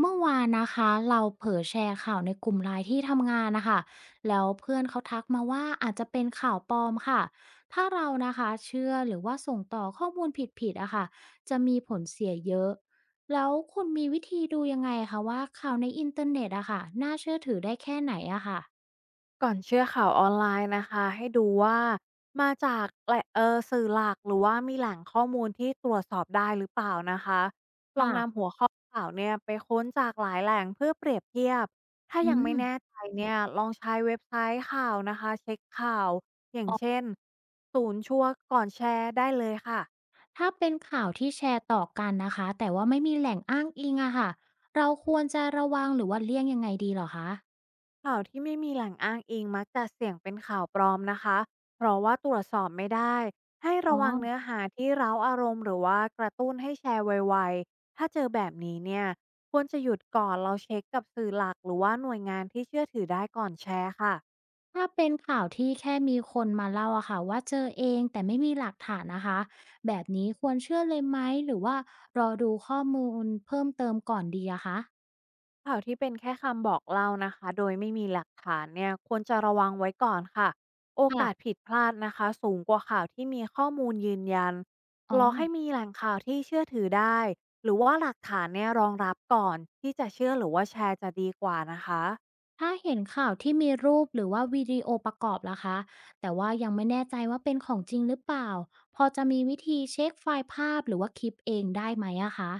เมื่อวานนะคะเราเผลอแชร์ข่าวในกลุ่มไลน์ที่ทำงานนะคะแล้วเพื่อนเขาทักมาว่าอาจจะเป็นข่าวปลอมค่ะถ้าเรานะคะเชื่อหรือว่าส่งต่อข้อมูลผิดๆอะค่ะจะมีผลเสียเยอะแล้วคุณมีวิธีดูยังไงคะว่าข่าวในอินเทอร์เน็ตอะค่ะน่าเชื่อถือได้แค่ไหนอะค่ะก่อนเชื่อข่าวออนไลน์นะคะให้ดูว่ามาจากแหล่งสื่อหลักหรือว่ามีแหล่งข้อมูลที่ตรวจสอบได้หรือเปล่านะคะลองค่ะนำหัวข้อข่าวเนี่ยไปค้นจากหลายแหล่งเพื่อเปรียบเทียบถ้าอืยังไม่มแน่ใจเนี่ยลองใช้เว็บไซต์ข่าวนะคะเช็คข่าวอย่างเช่นศูนย์ชัวร์ก่อนแชร์ได้เลยค่ะ ถ้าเป็นข่าวที่แชร์ต่อกันนะคะแต่ว่าไม่มีแหล่งอ้างอิงอะค่ะเราควรจะระวังหรือว่าเลี่ยงยังไงดีเหรอคะข่าวที่ไม่มีแหล่งอ้างอิงมักจะเสี่ยงเป็นข่าวปลอมนะคะ เพราะว่าตรวจสอบไม่ได้ ให้อ๋อ ระวังเนื้อหาที่เร้าอารมณ์หรือว่ากระตุ้นให้แชร์ไวๆ ถ้าเจอแบบนี้เนี่ยควรจะหยุดก่อนเราเช็คกับสื่อหลักหรือว่าหน่วยงานที่เชื่อถือได้ก่อนแชร์ค่ะ ถ้าเป็นข่าวที่แค่มีคนมาเล่าอะค่ะว่าเจอเองแต่ไม่มีหลักฐานนะคะแบบนี้ควรเชื่อเลยไหมหรือว่ารอดูข้อมูลเพิ่มเติมก่อนดีอะคะข่าวที่เป็นแค่คำบอกเล่านะคะโดยไม่มีหลักฐานเนี่ยควรจะระวังไว้ก่อนค่ะโอค่ะกาสผิดพลาดนะคะสูงกว่าข่าวที่มีข้อมูลยืนยันอ๋อรอให้มีแหล่งข่าวที่เชื่อถือได้หรือว่าหลักฐานเนี่ยรองรับก่อนที่จะเชื่อหรือว่าแชร์จะดีกว่านะคะ ถ้าเห็นข่าวที่มีรูปหรือว่าวิดีโอประกอบล่ะคะแต่ว่ายังไม่แน่ใจว่าเป็นของจริงหรือเปล่าพอจะมีวิธีเช็คไฟล์ภาพหรือว่าคลิปเองได้ไหมอะคะ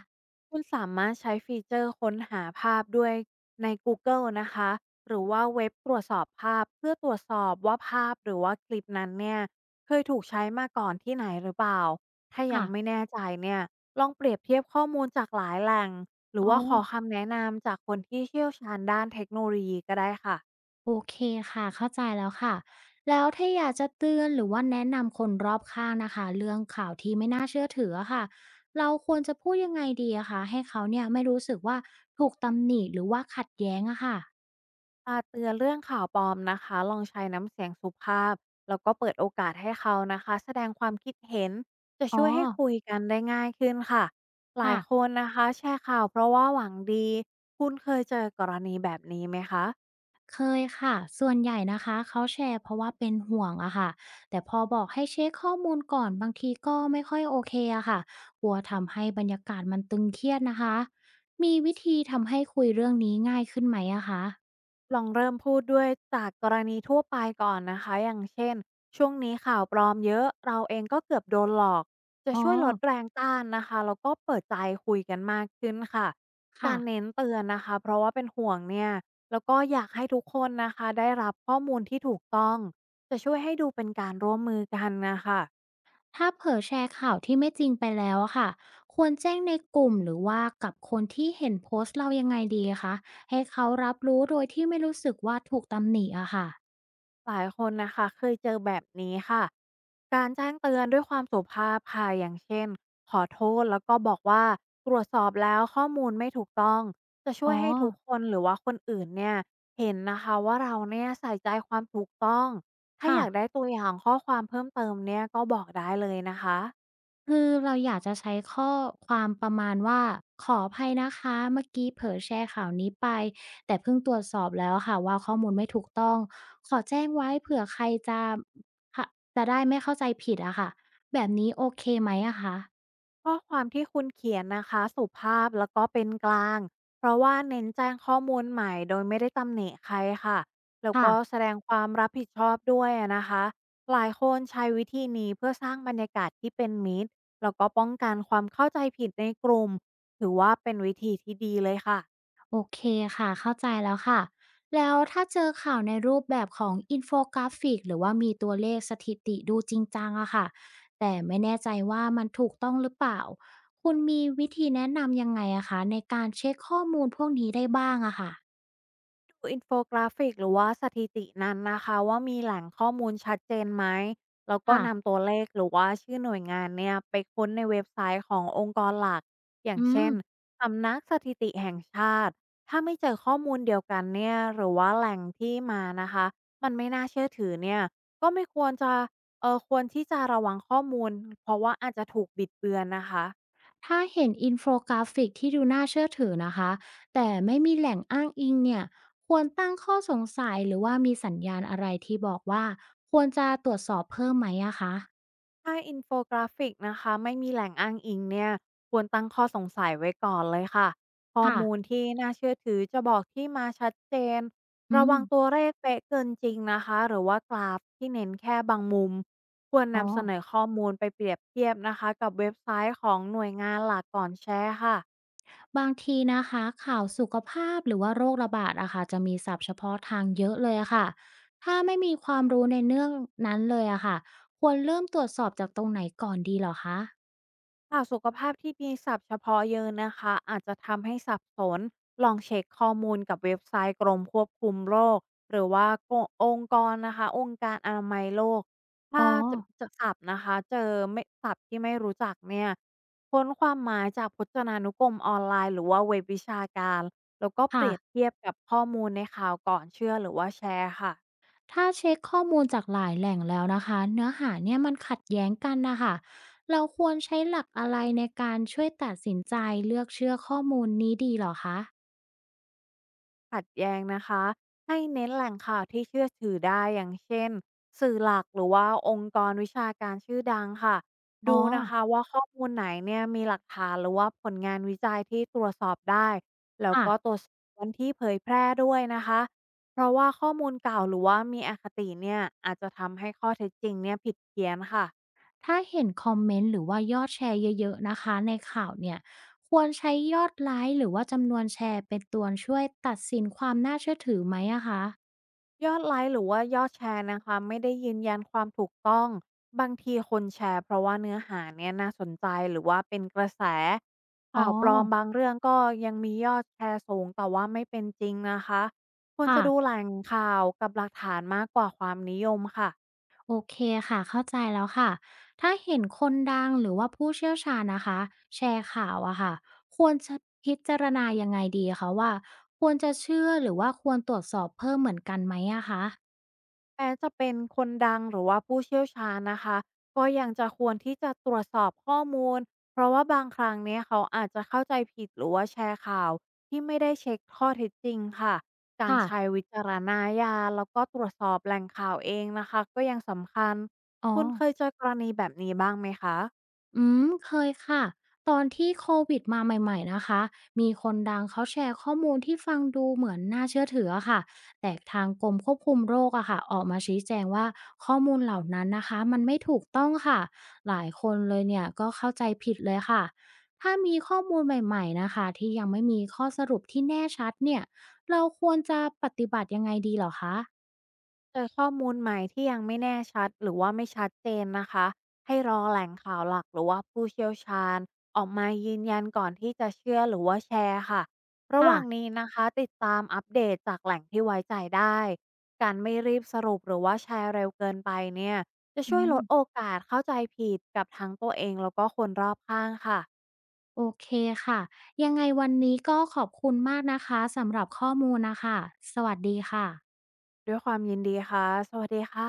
คุณสามารถใช้ฟีเจอร์ค้นหาภาพด้วยใน Google นะคะหรือว่าเว็บตรวจสอบภาพเพื่อตรวจสอบว่าภาพหรือว่าคลิปนั้นเนี่ยเคยถูกใช้มาก่อนที่ไหนหรือเปล่าถ้ายังค่ะไม่แน่ใจเนี่ยลองเปรียบเทียบข้อมูลจากหลายแหล่งหรืออ๋ว่าขออ คำแนะนำจากคนที่เชี่ยวชาญด้านเทคโนโลยีก็ได้ค่ะ โอเคค่ะเข้าใจแล้วค่ะแล้วถ้าอยากจะเตือนหรือว่าแนะนำคนรอบข้างนะคะเรื่องข่าวที่ไม่น่าเชื่อถืออะค่ะเราควรจะพูดยังไงดีอะคะให้เขาเนี่ยไม่รู้สึกว่าถูกตำหนิหรือว่าขัดแย้งอะค่ะอาเตือนเรื่องข่าวปลอมนะคะลองใช้น้ำเสียงสุภาพแล้วก็เปิดโอกาสให้เขานะคะแสดงความคิดเห็นจะอ๋อช่วยให้คุยกันได้ง่ายขึ้นค่ะหลายคค่ะนนะคะแชร์ข่าวเพราะว่าหวังดีคุณเคยเจอกรณีแบบนี้ไหมคะ เคยค่ะส่วนใหญ่นะคะเขาแชร์เพราะว่าเป็นห่วงอะค่ะแต่พอบอกให้เช็คข้อมูลก่อนบางทีก็ไม่ค่อยโอเคอะค่ะกลัวทำให้บรรยากาศมันตึงเครียดนะคะมีวิธีทำให้คุยเรื่องนี้ง่ายขึ้นไหมอะคะลองเริ่มพูดด้วยจากกรณีทั่วไปก่อนนะคะอย่างเช่นช่วงนี้ข่าวปลอมเยอะเราเองก็เกือบโดนหลอกจะอ๋อ ช่วยลดแรงต้านนะคะแล้วก็เปิดใจคุยกันมากขึ้นค่ะกาค่ะรเน้นเตือนนะคะเพราะว่าเป็นห่วงเนี่ยแล้วก็อยากให้ทุกคนนะคะได้รับข้อมูลที่ถูกต้องจะช่วยให้ดูเป็นการร่วมมือกันนะคะ ถ้าเผลอแชร์ข่าวที่ไม่จริงไปแล้วอะค่ะควรแจ้งในกลุ่มหรือว่ากับคนที่เห็นโพสต์เรายังไงดีคะให้เขารับรู้โดยที่ไม่รู้สึกว่าถูกตำหนิอะค่ะหลายคนนะคะเคยเจอแบบนี้ค่ะการแจ้งเตือนด้วยความสุภาพค่ะอย่างเช่นขอโทษแล้วก็บอกว่าตรวจสอบแล้วข้อมูลไม่ถูกต้องจะช่วอ๋ยอให้ทุกคนหรือว่าคนอื่นเนี่ยเห็นนะคะว่าเราเนี่ยใส่ใจความถูกต้องถ้าอค่ะยากได้ตัวอย่างข้อความเพิ่มเติมเนี่ยก็บอกได้เลยนะคะ คือเราอยากจะใช้ข้อความประมาณว่าขออภัยนะคะเมื่อกี้เผลอแชร์ข่าวนี้ไปแต่เพิ่งตรวจสอบแล้วค่ะว่าข้อมูลไม่ถูกต้องขอแจ้งไว้เผื่อใครจะค่ะจะได้ไม่เข้าใจผิดอะค่ะแบบนี้โอเคไหมอะคะข้อความที่คุณเขียนนะคะสุภาพแล้วก็เป็นกลางเพราะว่าเน้นแจ้งข้อมูลใหม่โดยไม่ได้ตำหนิใครค่ะแล้วค่ะ ก็แสดงความรับผิดชอบด้วยอะนะคะหลายคนใช้วิธีนี้เพื่อสร้างบรรยากาศที่เป็นมิตรแล้วก็ป้องกันความเข้าใจผิดในกลุ่มถือว่าเป็นวิธีที่ดีเลยค่ะ โอเคค่ะเข้าใจแล้วค่ะแล้วถ้าเจอข่าวในรูปแบบของอินโฟกราฟิกหรือว่ามีตัวเลขสถิติดูจริงจังอะค่ะแต่ไม่แน่ใจว่ามันถูกต้องหรือเปล่าคุณมีวิธีแนะนำยังไงอะคะในการเช็คข้อมูลพวกนี้ได้บ้างอะค่ะดูอินโฟกราฟิกหรือว่าสถิตินั้นนะคะว่ามีแหล่งข้อมูลชัดเจนไหมแล้วก็ค่ะนำตัวเลขหรือว่าชื่อหน่วยงานเนี่ยไปค้นในเว็บไซต์ขององค์กรหลักอย่างอืมเช่นสำนักสถิติแห่งชาติถ้าไม่เจอข้อมูลเดียวกันเนี่ยหรือว่าแหล่งที่มานะคะมันไม่น่าเชื่อถือเนี่ยก็ไม่ควรจะควรที่จะระวังข้อมูลเพราะว่าอาจจะถูกบิดเบือนนะคะ ถ้าเห็นอินโฟกราฟิกที่ดูน่าเชื่อถือนะคะแต่ไม่มีแหล่งอ้างอิงเนี่ยควรตั้งข้อสงสัยหรือว่ามีสัญญาณอะไรที่บอกว่าควรจะตรวจสอบเพิ่มไหมอะคะถ้าอินโฟกราฟิกนะคะไม่มีแหล่งอ้างอิงเนี่ยควรตั้งข้อสงสัยไว้ก่อนเลยค่ะข้อค่ะมูลที่น่าเชื่อถือจะบอกที่มาชัดเจนอืระวังม ตัวเลขเป๊ะเกินจริงนะคะหรือว่ากราฟที่เน้นแค่บางมุมควรอ๋อนำเสนอข้อมูลไปเปรียบเทียบนะคะกับเว็บไซต์ของหน่วยงานหลักก่อนแชร์ค่ะ บางทีนะคะข่าวสุขภาพหรือว่าโรคระบาดอะค่ะจะมีศัพท์เฉพาะทางเยอะเลยอะค่ะถ้าไม่มีความรู้ในเรื่องนั้นเลยอะค่ะควรเริ่มตรวจสอบจากตรงไหนก่อนดีเหรอคะค่ะสุขภาพที่มีศัพท์เฉพาะเยอะนะคะอาจจะทำให้สับสนลองเช็คข้อมูลกับเว็บไซต์กรมควบคุมโรคหรือว่าองค์กรนะคะองค์การอนามัยโลกถ้าอ๋อจะศัพท์นะคะเจอไม่ศัพท์ที่ไม่รู้จักเนี่ยค้นความหมายจากพจนานุกรมออนไลน์หรือว่าเว็บวิชาการแล้วก็เปค่ะรียบเทียบกับข้อมูลในข่าวก่อนเชื่อหรือว่าแชร์ค่ะ ถ้าเช็คข้อมูลจากหลายแหล่งแล้วนะคะเนื้อหาเนี่ยมันขัดแย้งกันนะคะเราควรใช้หลักอะไรในการช่วยตัดสินใจเลือกเชื่อข้อมูลนี้ดีเหรอคะขัดแย้งนะคะให้เน้นแหล่งข่าวที่เชื่อถือได้อย่างเช่นสื่อหลักหรือว่าองค์กรวิชาการชื่อดังค่ะอ๋อดูนะคะว่าข้อมูลไหนเนี่ยมีหลักฐานหรือว่าผลงานวิจัยที่ตรวจสอบได้แล้วค่ะ ก็ตรวจสอบวันที่เผยแพร่ด้วยนะคะเพราะว่าข้อมูลเก่าหรือว่ามีอคติเนี่ยอาจจะทำให้ข้อเท็จจริงเนี่ยผิดเพี้ยนค่ะ ถ้าเห็นคอมเมนต์หรือว่ายอดแชร์เยอะๆนะคะในข่าวเนี่ยควรใช้ยอดไลค์หรือว่าจำนวนแชร์เป็นตัวช่วยตัดสินความน่าเชื่อถือไหมอะคะยอดไลค์หรือว่ายอดแชร์นะคะไม่ได้ยืนยันความถูกต้องบางทีคนแชร์เพราะว่าเนื้อหาเนี่ยน่าสนใจหรือว่าเป็นกระแสอ๋อข่าวปลอมบางเรื่องก็ยังมียอดแชร์สูงแต่ว่าไม่เป็นจริงนะคะควรค่ะจะดูแหล่งข่าวกับหลักฐานมากกว่าความนิยมค่ะ โอเคค่ะเข้าใจแล้วค่ะถ้าเห็นคนดังหรือว่าผู้เชี่ยวชาญนะคะแชร์ข่าวอะค่ะควรจะพิจารณายังไงดีคะว่าควรจะเชื่อหรือว่าควรตรวจสอบเพิ่มเหมือนกันไหมอะคะแม้จะเป็นคนดังหรือว่าผู้เชี่ยวชาญนะคะก็ยังจะควรที่จะตรวจสอบข้อมูลเพราะว่าบางครั้งเนี่ยเขาอาจจะเข้าใจผิดหรือว่าแชร์ข่าวที่ไม่ได้เช็คข้อเท็จจริงค่ะการค่ะใช้วิจารณญาณแล้วก็ตรวจสอบแหล่งข่าวเองนะคะก็ยังสำคัญอ๋อ คุณเคยเจอกรณีแบบนี้บ้างไหมคะ อืมเคยค่ะตอนที่โควิดมาใหม่ๆนะคะมีคนดังเขาแชร์ข้อมูลที่ฟังดูเหมือนน่าเชื่อถืออะค่ะแต่ทางกรมควบคุมโรคอะค่ะออกมาชี้แจงว่าข้อมูลเหล่านั้นนะคะมันไม่ถูกต้องค่ะหลายคนเลยเนี่ยก็เข้าใจผิดเลยค่ะถ้ามีข้อมูลใหม่ๆนะคะที่ยังไม่มีข้อสรุปที่แน่ชัดเนี่ยเราควรจะปฏิบัติยังไงดีเหรอคะเจอข้อมูลใหม่ที่ยังไม่แน่ชัดหรือว่าไม่ชัดเจนนะคะให้รอแหล่งข่าวหลักหรือว่าผู้เชี่ยวชาญออกมายืนยันก่อนที่จะเชื่อหรือว่าแชร์ค่ะระหว่างค่ะนี้นะคะติดตามอัปเดตจากแหล่งที่ไว้ใจได้การไม่รีบสรุปหรือว่าแชร์เร็วเกินไปเนี่ยจะอืช่วยลดโอม กาสเข้าใจผิดกับทั้งตัวเองแล้วก็คนรอบข้างค่ะโอเคค่ะยังไงวันนี้ก็ขอบคุณมากนะคะสำหรับข้อมูลนะคะสวัสดีค่ะด้วยความยินดีค่ะสวัสดีค่ะ